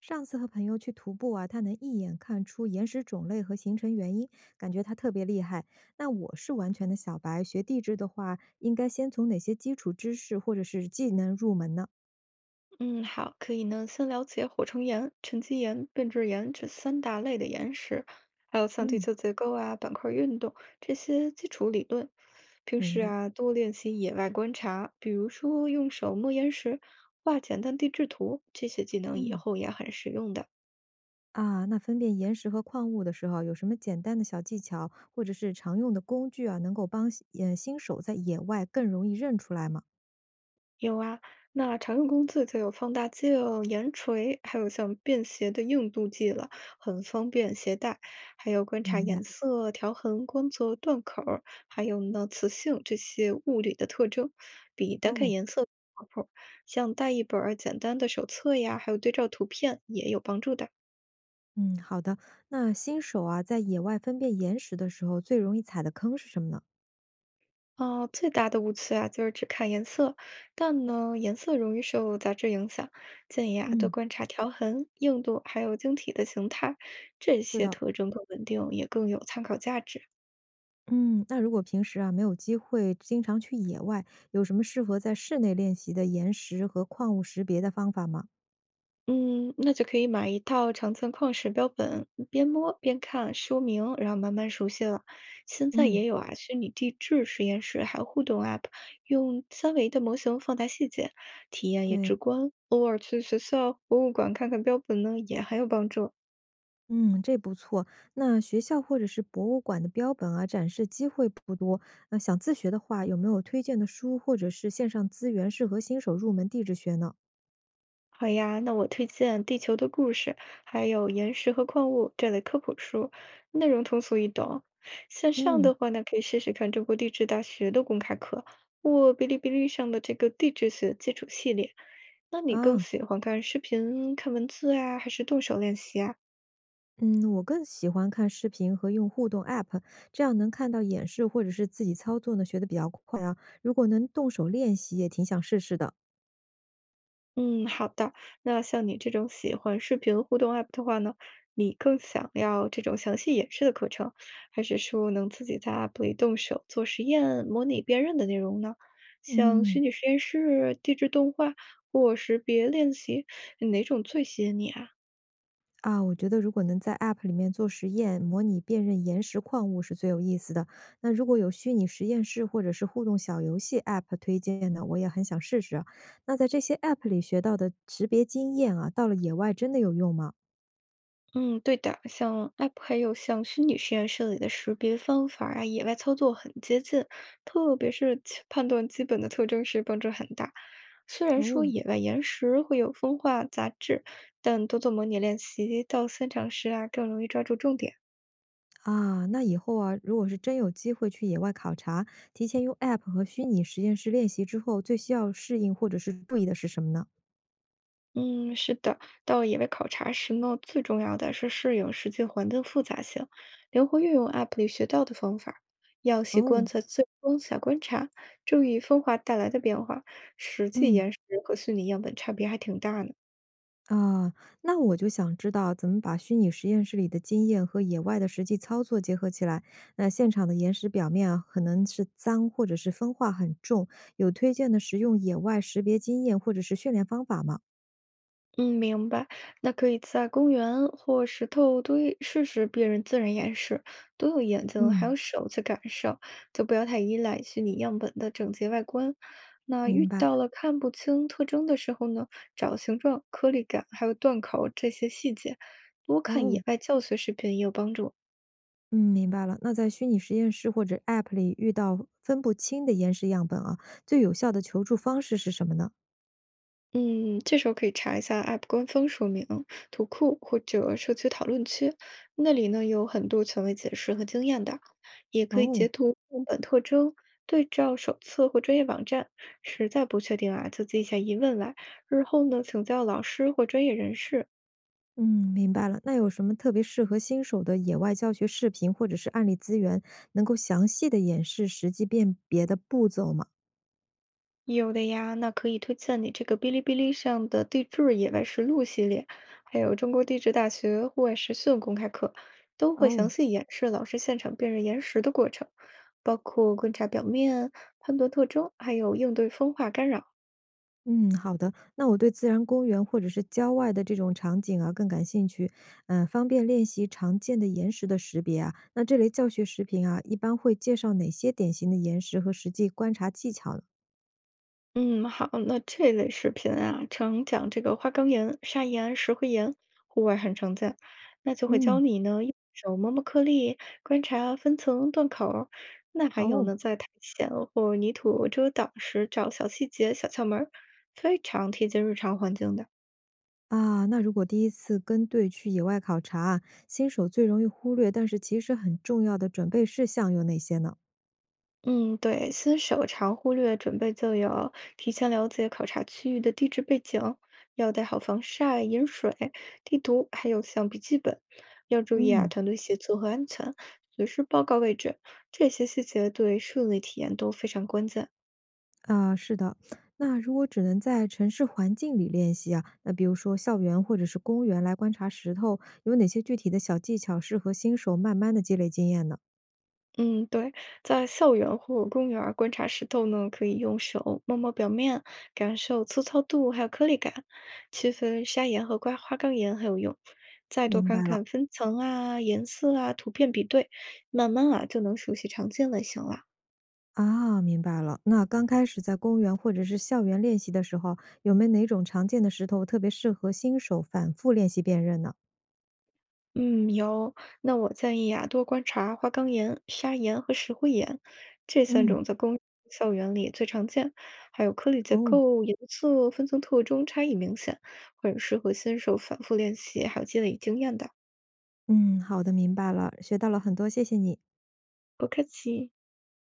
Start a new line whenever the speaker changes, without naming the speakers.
上次和朋友去徒步啊，他能一眼看出岩石种类和形成原因，感觉他特别厉害。那我是完全的小白，学地质的话，应该先从哪些基础知识或者是技能入门呢？
嗯，好，可以呢。先了解火成岩、沉积岩、变质岩这三大类的岩石，还有像地
嗯，
球结构啊、板块运动这些基础理论。平
明
时
白。
啊，多练习野外观察，比如说用手摸岩石、画简单地质图，这些技能以
嗯，
后也很实用的。
啊，那分辨岩石和矿物的时候，有什么简单的小技巧或者是常用的工具啊，能够帮新手在野外更容易认出来吗？
有啊，那常用工具就有放大镜、眼锤，还有像便携的硬度计了，很方便携带。还有观察
明
颜
白。
色、条痕、光泽、断口儿还有呢磁性这些物理的特征，比单看
哦，
颜色靠谱。像带一本儿简单的手册呀，还有对照图片也有帮助的。
嗯，好的。那新手啊，在野外分辨岩石的时候，最容易踩的坑是什么呢？
哦，最大的误区啊，就是只看颜色，但呢，颜色容易受杂质影响。建议啊，多
嗯。
观察条痕、硬度，还有晶体的形态，这
是
些
的，
特征更稳定，也更有参考价值。
嗯，那如果平时啊没有机会经常去野外，有什么适合在室内练习的岩石和矿物识别的方法吗？
嗯，那就可以买一套长寸矿石标本，边摸边看说明，然后慢慢熟悉了。现在
嗯，
也有啊，虚拟地质实验室，还有互动 App，用3D的模型放大细节，体验也
对，
直观。偶尔去学校博物馆看看标本呢，也很有帮助。
嗯，这不错。那学校或者是博物馆的标本啊，展示机会不多。那想自学的话，有没有推荐的书或者是线上资源适合新手入门地质学呢？
好呀，那我推荐《地球的故事》，还有《岩石和矿物》这类科普书，内容通俗易懂。线上
嗯，
的话呢，可以试试看中国地质大学的公开课，或哔哩哔哩上的这个地质学基础系列。那你更
啊。
喜欢看视频、看文字啊，还是动手练习啊？
嗯，我更喜欢看视频和用互动 App，这样能看到演示或者是自己操作呢，学得比较快啊。如果能动手练习，也挺想试试的。
嗯，好的。那像你这种喜欢视频互动 app 的话呢，你更想要这种详细演示的课程，还是说能自己在 app 里动手做实验、模拟辨认的内容呢？像
嗯，
虚拟实验室、地质动画或识别练习，哪种最吸引你啊？
啊，我觉得如果能在 App 里面做实验，模拟辨认岩石矿物是最有意思的。那如果有虚拟实验室或者是互动小游戏 App 推荐呢，我也很想试试啊那在这些 App 里学到的识别经验啊，到了野外真的有用吗？
嗯，对的，像 App 还有像虚拟实验室里的识别方法啊，野外操作很接近，特别是其判断基本的特征时帮助很大。虽然说
哦，
野外岩石会有风化杂质，但多做模拟练习到现场时啊，更容易抓住重点。
啊，那以后啊，如果是真有机会去野外考察，提前用 App 和虚拟实验室练习之后，最需要适应或者是注意的是什么呢？
嗯，是的，到野外考察时呢，最重要的是适应实际环境复杂性，灵活运用 App 里学到的方法，要习惯
哦，
在自然光下观察，注意风化带来的变化。实际
嗯，
岩石和虚拟样本差别还挺大呢。
啊，那我就想知道怎么把虚拟实验室里的经验和野外的实际操作结合起来。那现场的岩石表面啊，可能是脏或者是风化很重，有推荐的实用野外识别经验或者是训练方法吗？
嗯，明白。那可以在公园或石头堆试试辨认自然演示，多用眼睛还有
嗯，
手去感受，就不要太依赖虚拟样本的整洁外观。那
明
遇
白。
到了看不清特征的时候呢，找形状、颗粒感还有断口这些细节，多看
哦，
野外教学视频也有帮助。
嗯，明白了。那在虚拟实验室或者 App 里遇到分不清的岩石样本啊，最有效的求助方式是什么呢？
嗯，这时候可以查一下 App 官方说明、图库或者社区讨论区，那里呢有很多权威解释和经验的，也可以截
哦，
图文本特征，对照手册或专业网站。实在不确定啊，就记一下疑问来，日后呢请教老师或专业人士。
嗯，明白了。那有什么特别适合新手的野外教学视频或者是案例资源，能够详细的演示实际辨别的步骤吗？
有的呀，那可以推荐你这个哔哩哔哩上的地质野外实录系列，还有中国地质大学户外实训公开课，都会详
哦，
细演示老师现场辨认岩石的过程，包括观察表面、判断特征，还有应对风化干扰。
嗯，好的。那我对自然公园或者是郊外的这种场景啊更感兴趣，嗯、方便练习常见的岩石的识别啊。那这类教学视频啊，一般会介绍哪些典型的岩石和实际观察技巧呢？
嗯，好，那这类视频啊，常讲这个花岗岩、砂岩、石灰岩，户外很常见。那就会教
嗯，
你呢，用手摸摸颗粒，观察分层、断口儿那还有
哦，
呢，在苔藓或泥土遮挡时找小细节、小窍门儿非常贴近日常环境的。
啊，那如果第一次跟队去野外考察啊新手最容易忽略，但是其实很重要的准备事项有哪些呢？
嗯，对，新手常忽略准备就有提前了解考察区域的地质背景，要带好防晒、饮水、地图，还有像笔记本。要注意啊，
嗯，
团队协作和安全，随时报告位置，这些细节对顺利体验都非常关键。
啊，是的，那如果只能在城市环境里练习啊，那比如说校园或者是公园来观察石头，有哪些具体的小技巧适合新手慢慢的积累经验呢？
嗯，对，在校园或公园儿观察石头呢，可以用手摸摸表面，感受粗糙度还有颗粒感，区分砂岩和瓜花岗岩很有用。再多
明白
看
了。
看分层啊、颜色啊、图片比对，慢慢啊就能熟悉常见类型了。
啊，明白了。那刚开始在公园或者是校园练习的时候，有没有哪种常见的石头特别适合新手反复练习辨认呢？
嗯，有。那我建议啊，多观察花岗岩、砂岩和石灰岩这三
嗯
种在公校园里最常见，还有颗粒结
哦，
构、颜色、分层特征差异明显，很适合新手反复练习，还有积累经验的。
嗯，好的，明白了，学到了很多，谢谢你。
不客气。